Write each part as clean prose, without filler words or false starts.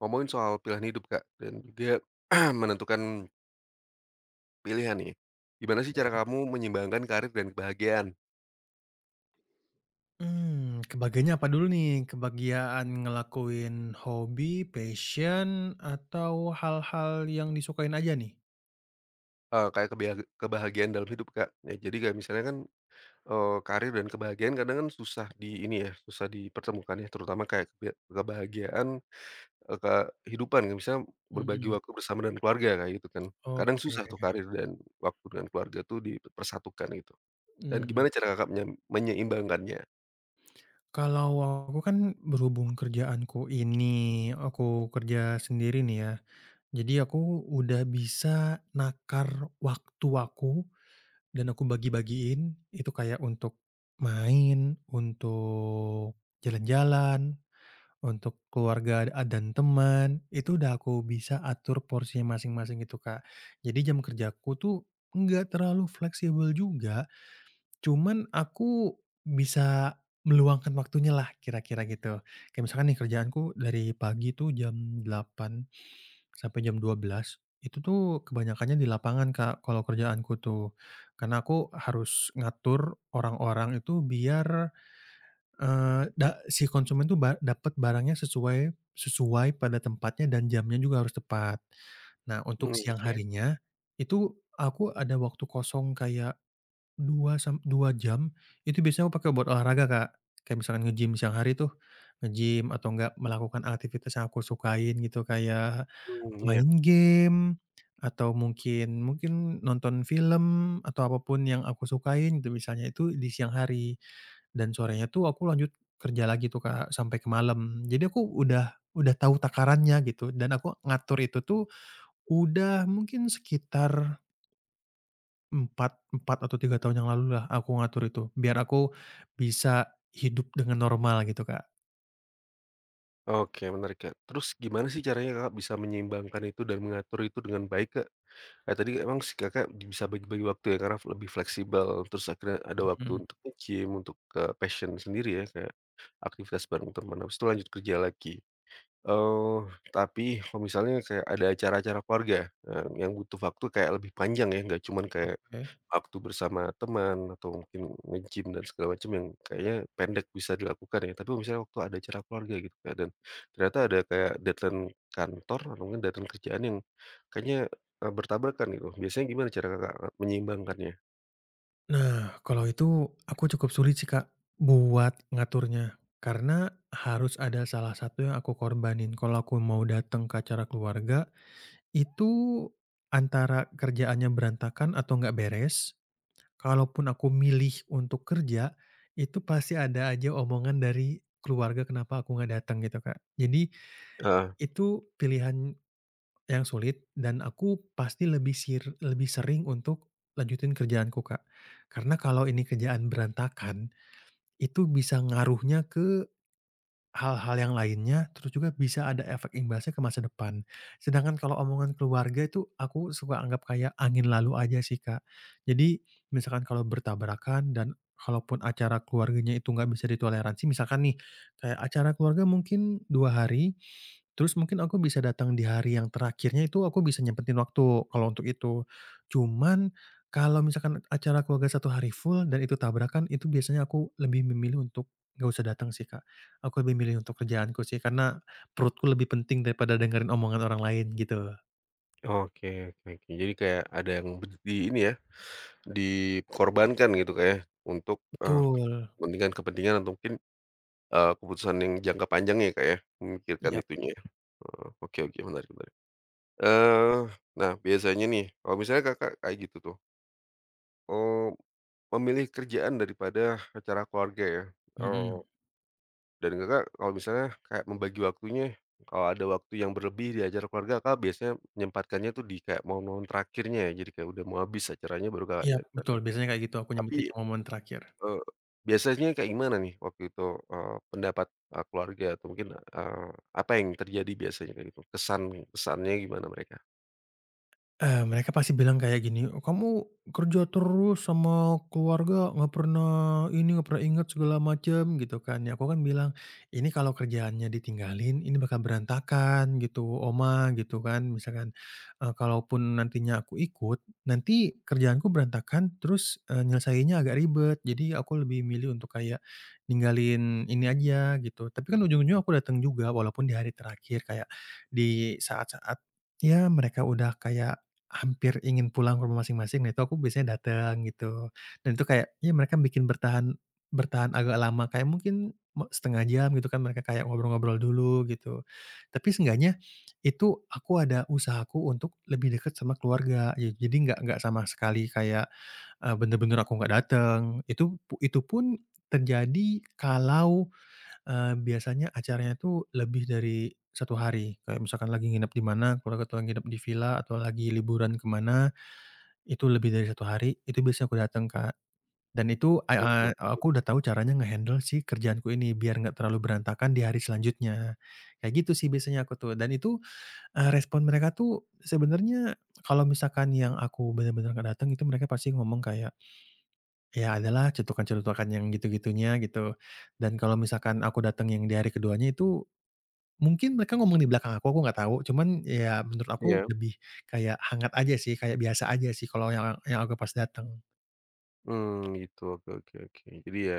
Ngomongin soal pilihan hidup, Kak, dan juga menentukan pilihan nih. Gimana sih cara Ya. kamu menyeimbangkan karir dan kebahagiaan? Kebagiannya apa dulu nih? Kebagian ngelakuin hobi, passion, atau hal-hal yang disukain aja nih? Kayak kebahagiaan dalam hidup, Kak. Ya, jadi kayak misalnya kan, karir dan kebahagiaan kadang kan susah di ini ya, susah dipertemukan ya, terutama kayak kebahagiaan, eee, kehidupan kayak misalnya berbagi Mhm. waktu bersama dengan keluarga, kayak gitu kan. Kadang susah Oke, tuh karir dan waktu dengan keluarga tuh dipersatukan gitu. Dan mmm, gimana cara Kakak menyeimbangkannya? kalau aku kan berhubung kerjaanku ini aku kerja sendiri nih ya, jadi aku udah bisa nakar waktu aku dan aku bagi-bagiin itu kayak untuk main, untuk jalan-jalan, untuk keluarga dan teman, itu udah aku bisa atur porsinya masing-masing gitu, Kak. Jadi jam kerjaku tuh nggak terlalu fleksibel juga, cuman aku bisa meluangkan waktunya lah kira-kira gitu. Kayak misalkan nih kerjaanku dari pagi tuh jam delapan sampai jam dua belas. Itu tuh kebanyakannya di lapangan, Kak, kalau kerjaanku tuh. Karena aku harus ngatur orang-orang itu biar Eee, da si konsumen tuh dapat barangnya sesuai sesuai pada tempatnya dan jamnya juga harus tepat. Nah, untuk Mmm, siang oke. harinya, itu aku ada waktu kosong kayak 2 sam 2 jam, itu biasanya aku pakai buat olahraga, Kak. Kayak misalkan nge-gym siang hari tuh, nge-gym atau enggak melakukan aktivitas yang aku sukain gitu, kayak Mmm, iya. main game, atau mungkin mungkin nonton film, atau apa pun yang aku sukain gitu misalnya, itu di siang hari. Dan sorenya tuh aku lanjut kerja lagi tuh, Kak, sampai ke malam. Jadi aku udah tahu takarannya gitu dan aku ngatur itu tuh udah mungkin sekitar 4 4 atau 3 tahun yang lalu lah aku ngatur itu, biar aku bisa hidup dengan normal gitu, Kak. Oke, menarik ya. Terus gimana sih caranya Kakak bisa menyeimbangkan itu dan mengatur itu dengan baik, Kak? Kayak tadi emang si Kakak bisa bagi-bagi waktu ya karena lebih fleksibel, terus akhirnya ada waktu Mhm, untuk gym untuk ke passion sendiri ya, kayak aktivitas bareng teman, habis itu lanjut kerja lagi. Eee, tapi kalau misalnya kayak ada acara-acara keluarga, yang butuh waktu kayak lebih panjang ya, nggak cuman kayak oke. waktu bersama teman atau mungkin nge-gym dan segala macam yang kayaknya pendek bisa dilakukan ya, tapi misalnya waktu ada acara keluarga gitu Kak, dan ternyata ada kayak deadline kantor atau mungkin deadline kerjaan yang kayaknya, bertabrakan gitu. Biasanya gimana cara Kakak menyeimbangkannya? Nah, kalau itu aku cukup sulit sih, Kak, buat ngaturnya. Karena harus ada salah satu yang aku korbanin. Kalau aku mau datang ke acara keluarga, itu antara kerjaannya berantakan atau nggak beres, kalaupun aku milih untuk kerja, itu pasti ada aja omongan dari keluarga kenapa aku nggak datang gitu, Kak. Jadi Heeh. itu pilihan yang sulit dan aku pasti lebih sering untuk lanjutin kerjaanku, Kak. Karena kalau ini kerjaan berantakan, itu bisa ngaruhnya hal-hal yang lainnya, terus juga bisa ada efek imbasnya ke masa depan. Sedangkan kalau omongan keluarga itu aku suka anggap kayak angin lalu aja sih, Kak. Jadi misalkan kalau bertabrakan dan kalaupun acara keluarganya itu nggak bisa ditoleransi, misalkan nih kayak acara keluarga mungkin 2 hari, terus mungkin aku bisa datang di hari yang terakhirnya itu aku bisa nyempetin waktu kalau untuk itu. Cuman kalau misalkan acara keluarga satu hari full dan itu tabrakan, itu biasanya aku lebih memilih untuk nggak usah datang sih, Kak. Aku lebih milih untuk kerjaanku sih, karena perutku lebih penting daripada dengerin omongan orang lain gitu. Oke, oke, oke. Jadi kayak ada yang bed di ini ya, dikorbankan gitu kayak untuk, Betul, kepentingan-kepentingan atau mungkin, keputusan yang jangka panjang ya Kak, ya, memikirkan iyap, itunya. Heeh, oke, oke, menarik, menarik. Eee, nah biasanya nih kalau misalnya Kakak kayak gitu tuh, eee, memilih kerjaan daripada acara keluarga ya, eee, mhm. dan Kakak kalau misalnya kayak membagi waktunya, kalau ada waktu yang berlebih di acara keluarga Kakak biasanya menyempatkannya tuh di kayak momen-momen terakhirnya ya, jadi kayak udah mau habis acaranya baru Kakak Iya datang. betul, biasanya kayak gitu aku Tapi, nyempetin momen terakhir. eee, biasanya kayak gimana nih waktu itu, pendapat, keluarga atau mungkin, eee, apa yang terjadi biasanya kayak gitu? Kesannya gimana mereka? Eh, mereka pasti bilang kayak gini, "Kamu kerja terus sama keluarga, nggak pernah ini, nggak pernah ingat segala macam," gitu kan ya. Aku kan bilang, "Ini kalau kerjaannya ditinggalin, ini bakal berantakan gitu, Oma," gitu kan. Misalkan, kalaupun nantinya aku ikut, nanti kerjaanku berantakan, terus, nyelesainnya agak ribet. Jadi aku lebih milih untuk kayak ninggalin ini aja gitu. Tapi kan ujung-ujungnya aku datang juga, walaupun di hari terakhir, kayak di saat-saat, ya mereka udah kayak hampir ingin pulang ke rumah masing-masing, nah itu aku biasanya datang gitu. Dan itu kayak, ya mereka bikin bertahan bertahan agak lama, kayak mungkin 1 jam gitu kan mereka kayak ngobrol-ngobrol dulu gitu. Tapi seenggaknya itu aku ada usahaku untuk lebih dekat sama keluarga, ya jadi nggak sama sekali kayak, bener-bener aku nggak datang. Itu pun terjadi kalau biasanya acaranya tuh lebih dari satu hari, kayak misalkan lagi nginep di mana, keluarga tuh nginep di villa atau lagi liburan ke mana, itu lebih dari satu hari, itu biasanya aku datang, Kak. Dan itu, Mhm, aku udah tahu caranya nge-handle si kerjaanku ini, biar nggak terlalu berantakan di hari selanjutnya. Kayak gitu sih biasanya aku tuh, dan itu, respon mereka tuh sebenarnya kalau misalkan yang aku bener-bener nggak datang itu mereka pasti ngomong kayak, ya adalah cetukan-cetukan yang gitu-gitunya gitu. Dan kalau misalkan aku datang yang di hari keduanya itu mungkin mereka ngomong di belakang aku nggak tahu, cuman ya menurut aku iya. lebih kayak hangat aja sih, kayak biasa aja sih kalau yang aku pas datang. Mmm, gitu. Oke, oke, oke. Jadi ya,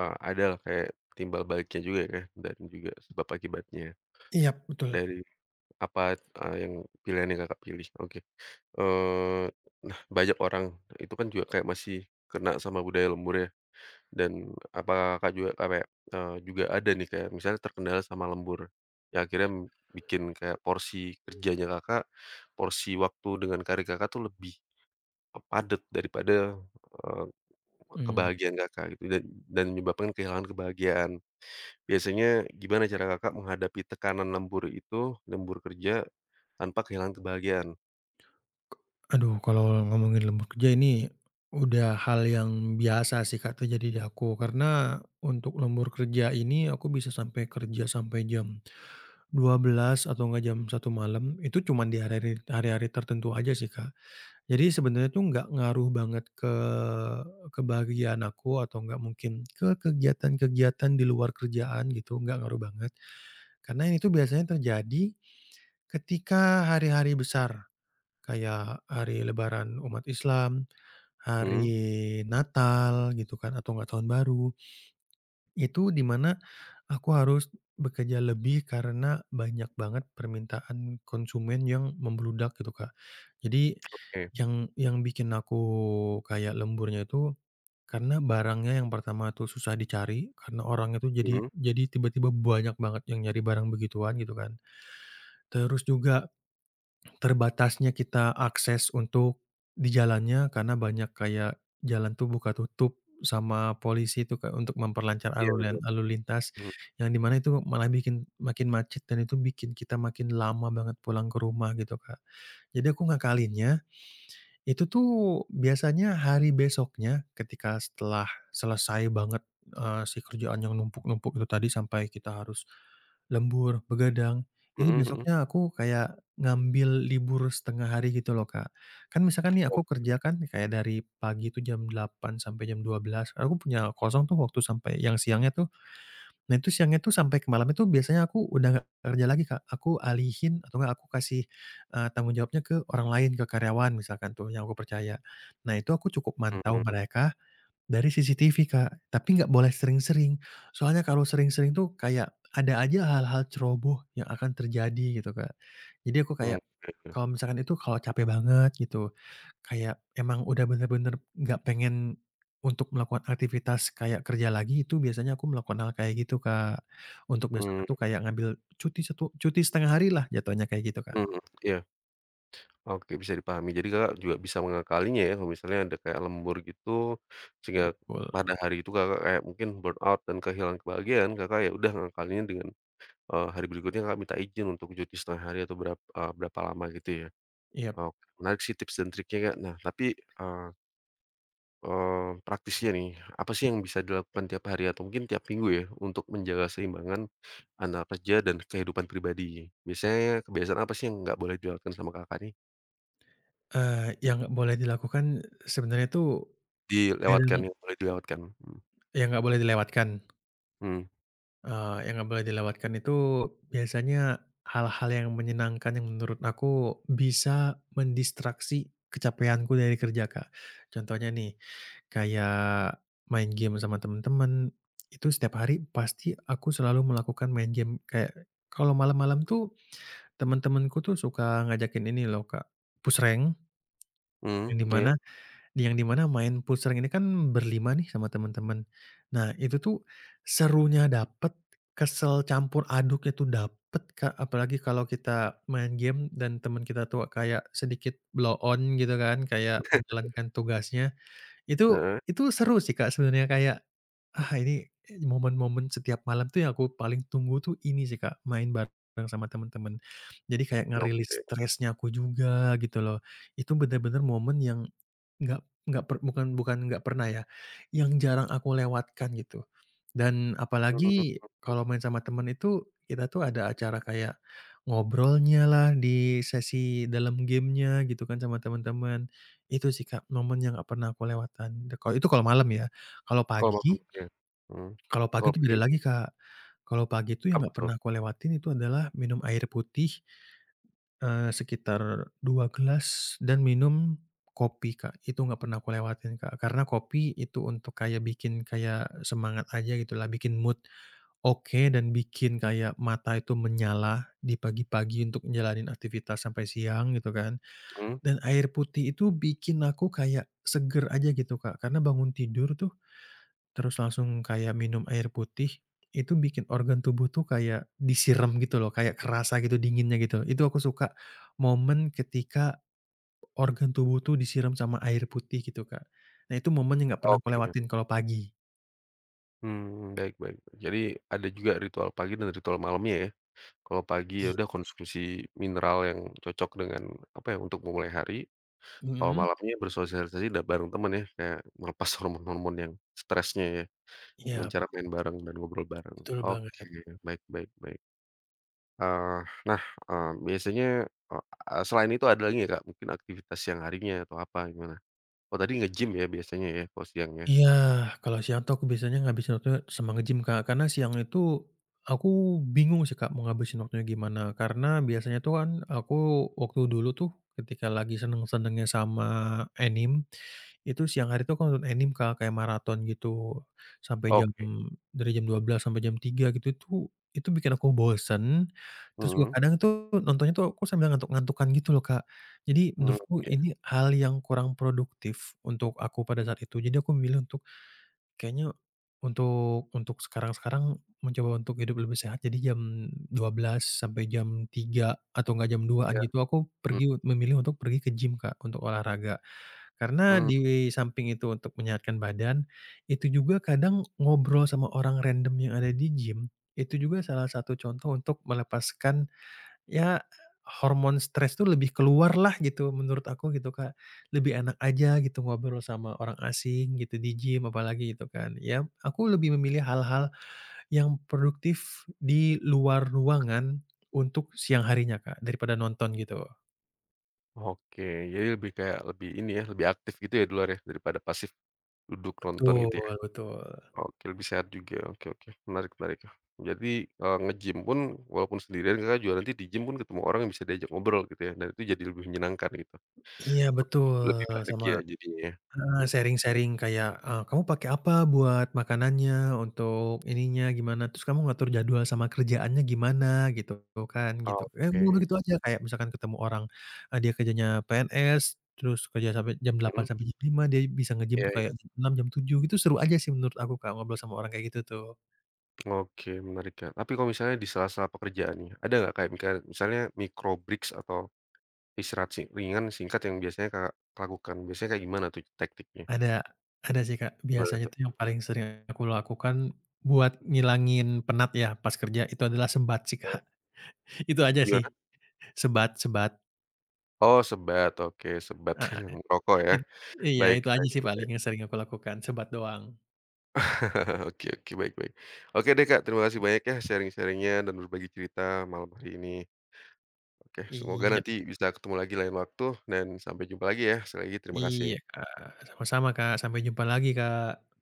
ada lah kayak timbal baliknya juga ya, dan juga sebab akibatnya Iya, betul. dari apa, yang pilihan yang Kakak pilih. Oke, eee, nah banyak orang itu kan juga kayak masih kena sama budaya lembur ya dan apa Kakak juga kayak, juga ada nih kayak misalnya terkendala sama lembur, ya akhirnya bikin kayak porsi kerjanya Kakak, porsi waktu dengan karir Kakak tuh lebih, padat daripada, eee Mmm, kebahagiaan Kakak gitu dan menyebabkan kehilangan kebahagiaan. Biasanya gimana cara Kakak menghadapi tekanan lembur itu, lembur kerja tanpa kehilangan kebahagiaan? Aduh kalau ngomongin lembur kerja ini udah hal yang biasa sih Kak terjadi di aku, karena untuk lembur kerja ini aku bisa sampai kerja sampai jam dua belas atau enggak jam satu malam, itu cuman di hari-hari tertentu aja sih Kak. Jadi sebenarnya tuh nggak ngaruh banget ke kebahagiaan aku atau nggak mungkin ke kegiatan-kegiatan di luar kerjaan gitu, nggak ngaruh banget. Karena ini tuh biasanya terjadi ketika hari-hari besar, kayak hari lebaran umat Islam, Mhm, hari Natal gitu kan atau nggak tahun baru. Itu di mana aku harus bekerja lebih karena banyak banget permintaan konsumen yang membludak gitu, Kak. Jadi oke, yang bikin aku kayak lemburnya itu karena barangnya yang pertama tuh susah dicari, karena orangnya tuh jadi mhm, jadi tiba-tiba banyak banget yang nyari barang begituan gitu kan. Terus juga terbatasnya kita akses untuk di jalannya karena banyak kayak jalan tuh buka tutup sama polisi itu Kak, untuk memperlancar iya betul, lalu lintas, mhm, yang di mana itu malah bikin makin macet dan itu bikin kita makin lama banget pulang ke rumah gitu Kak. Jadi aku ngakalinnya itu tuh biasanya hari besoknya ketika setelah selesai banget, si kerjaan yang numpuk-numpuk itu tadi sampai kita harus lembur, begadang, ini mhm, mhm, besoknya aku kayak ngambil libur setengah hari gitu loh, Kak. Kan misalkan nih aku ok, kerja kan kayak dari pagi itu jam delapan sampai jam dua belas aku punya kosong tuh waktu sampai yang siangnya tuh, nah itu siangnya tuh sampai ke malam itu biasanya aku udah nggak kerja lagi, Kak. Aku alihin atau nggak aku kasih, tanggung jawabnya ke orang lain, ke karyawan misalkan tuh yang aku percaya. Nah, itu aku cukup mantau mhm, mereka dari CCTV, Kak, tapi nggak boleh sering-sering. Soalnya kalau sering-sering tuh kayak ada aja hal-hal ceroboh yang akan terjadi gitu, Kak. Jadi aku kayak oke, oke, kalau misalkan itu kalau capek banget gitu, kayak emang udah bener-bener nggak pengen untuk melakukan aktivitas kayak kerja lagi, itu biasanya aku melakukan hal kayak gitu, Kak. Untuk besok mmm, itu kayak ngambil cuti setengah hari lah jatuhnya kayak gitu, Kak. mhm, iya, oke bisa dipahami. Jadi Kakak juga bisa mengakalinya ya kalau misalnya ada kayak lembur gitu, sehingga Betul, pada hari itu Kakak kayak mungkin burnout dan kehilangan kebahagiaan, Kakak ya udah ngakalinnya dengan hari berikutnya Kakak minta izin untuk cuti setengah hari atau berapa lama gitu ya. yap. Oke, menarik sih tips dan triknya, Kak. Nah, tapi, eee eee, praktisnya nih, apa sih yang bisa dilakukan tiap hari atau mungkin tiap minggu ya, untuk menjaga seimbangan antara kerja dan kehidupan pribadi? Biasanya kebiasaan apa sih yang nggak boleh dilakukan sama Kakak nih? Yang nggak boleh dilakukan sebenarnya tuh kadang Dilewatkan, yang boleh dilewatkan. Mhm, yang nggak boleh dilewatkan. mhm, Yang nggak boleh dilewatkan itu biasanya hal-hal yang menyenangkan yang menurut aku bisa mendistraksi kecapeanku dari kerja, Kak. Contohnya nih, kayak main game sama temen-temen, itu setiap hari pasti aku selalu melakukan main game. Kayak kalau malam-malam tuh temen-temenku tuh suka ngajakin ini loh, Kak, push rank, mhm, yang di iya, mana yang di mana main futsal ini kan berlima nih sama teman-teman. Nah, itu tuh serunya dapet, kesel campur aduknya tuh dapet, Kak, apalagi kalau kita main game dan teman kita tuh kayak sedikit blow on gitu kan, kayak menjalankan tugasnya. Itu heeh, itu seru sih, Kak, sebenarnya kayak, ah, ini momen-momen setiap malam tuh yang aku paling tunggu tuh ini sih, Kak, main bareng sama teman-teman. Jadi kayak ngerilis oke, stresnya aku juga gitu loh. Itu bener-bener momen yang Nggak nggak pernah ya, yang jarang aku lewatkan gitu. Dan mhm, apalagi kalau main sama temen itu, kita tuh ada acara kayak ngobrolnya lah di sesi dalam gamenya gitu kan sama teman-teman. Itu sih Kak, momen yang nggak pernah aku lewatan. Kalau itu kalau malam ya. Kalau kalau malam, pagi iya, mhm, Kalau pagi kalau itu pagi, beda lagi Kak. Kalau pagi itu yang apa nggak tuh? pernah aku lewatin itu adalah minum air putih, sekitar 2 gelas dan minum kopi, Kak. Itu nggak pernah aku lewatin, Kak. Karena kopi itu untuk kayak bikin kayak semangat aja gitu lah, bikin mood oke dan bikin kayak mata itu menyala di pagi-pagi untuk jalanin aktivitas sampai siang gitu kan. Mhm, Dan air putih itu bikin aku kayak seger aja gitu, Kak. Karena bangun tidur tuh terus langsung kayak minum air putih, itu bikin organ tubuh tuh kayak disiram gitu loh, kayak kerasa gitu dinginnya gitu. Itu aku suka momen ketika organ tubuh tuh disiram sama air putih gitu, Kak. Nah itu momen yang nggak pernah aku oke. lewatin kalau pagi. Baik, baik, baik. Jadi ada juga ritual pagi dan ritual malamnya ya? Kalau pagi ya I udah konsumsi mineral yang cocok dengan apa ya, untuk memulai hari, kalau mhm. malamnya bersosialisasi bareng temen ya, kayak melepas hormon-hormon yang stresnya ya, dengan Iya, cara main bareng dan ngobrol bareng. betul Oke, banget. baik, baik, baik. Eee, nah, biasanya, eee, selain itu ada lagi nggak, Kak, mungkin aktivitas siang harinya atau apa, gimana? Oh, tadi nge-gym ya biasanya ya, kalau siang ya? Iya, kalau siang tuh aku biasanya ngabisin waktunya sama nge-gym, Kak. Karena siang itu aku bingung sih, Kak, mau ngabisin waktunya gimana. Karena biasanya tuh kan aku waktu dulu tuh ketika lagi seneng-senengnya sama anime, itu siang hari tuh aku nonton anime, Kak, kayak maraton gitu. Sampai jam Oke, Dari jam dua belas sampai jam tiga gitu itu bikin aku bosen, terus juga mhm, kadang tuh nontonnya tuh aku sambil ngantuk-ngantukan gitu loh, Kak. Jadi mmm, menurutku iya, ini hal yang kurang produktif untuk aku pada saat itu. Jadi aku memilih untuk kayaknya untuk sekarang-sekarang mencoba untuk hidup lebih sehat jadi jam dua belas sampai jam tiga atau enggak jam duaan iya, gitu aku pergi mhm, memilih untuk pergi ke gym Kak, untuk olahraga. Karena mmm. di samping itu untuk menyehatkan badan, itu juga kadang ngobrol sama orang random yang ada di gym, itu juga salah satu contoh untuk melepaskan ya, hormon stres tuh lebih keluar lah gitu menurut aku gitu, Kak. Lebih enak aja gitu ngobrol sama orang asing gitu di gym apalagi gitu kan. Ya aku lebih memilih hal-hal yang produktif di luar ruangan untuk siang harinya, Kak, daripada nonton gitu. Oke, jadi lebih kayak lebih ini ya, lebih aktif gitu ya di luar ya, daripada pasif duduk nonton gitu ya? Betul betul. Oke, lebih sehat juga, oke, oke, menarik, menarik. Jadi, nge-gym pun walaupun sendirian Kakak juga nanti di gym pun ketemu orang yang bisa diajak ngobrol gitu ya, dan itu jadi lebih menyenangkan gitu, Iya betul, lebih sama bahagia jadinya ya? heeh, Mmm, sharing-sharing kayak, "Kamu pakai apa buat makanannya, untuk ininya gimana, terus kamu ngatur jadwal sama kerjaannya gimana?" Gitu kan, gitu. Eh, oke, ngobrol gitu aja, kayak misalkan ketemu orang, dia kerjanya PNS, terus kerja sampai jam delapan Hmm sampai jam lima dia bisa nge-gym tuh iya, iya, kayak jam 6.00, jam tujuh gitu, seru aja sih menurut aku, Kak, ngobrol sama orang kayak gitu tuh. oke, menarik Kak, tapi kalau misalnya di sela-sela pekerjaan nih, ada nggak kayak misalnya micro breaks atau istirahat ringan singkat yang biasanya Kakak lakukan, biasanya kayak gimana tuh taktiknya? Ada ada sih, Kak, Gimana biasanya tuh? tuh yang paling sering aku lakukan buat ngilangin penat ya pas kerja, itu adalah sebat sih, Heeh, Kak. Itu aja sih, gimana? sebat sebat. Oh, sebat, oke, sebat merokok ya. It iya, Baik, itu aja baik, sih paling baik. yang sering aku lakukan, sebat doang. Oke, oke, baik, baik. Oke deh Kak, terima kasih banyak ya sharing sharingnya dan berbagi cerita malam hari ini. Oke, semoga Iya nanti bisa ketemu lagi lain waktu dan sampai jumpa lagi ya. Sekali lagi terima iya, kasih. Kak, sama-sama, Kak, sampai jumpa lagi, Kak.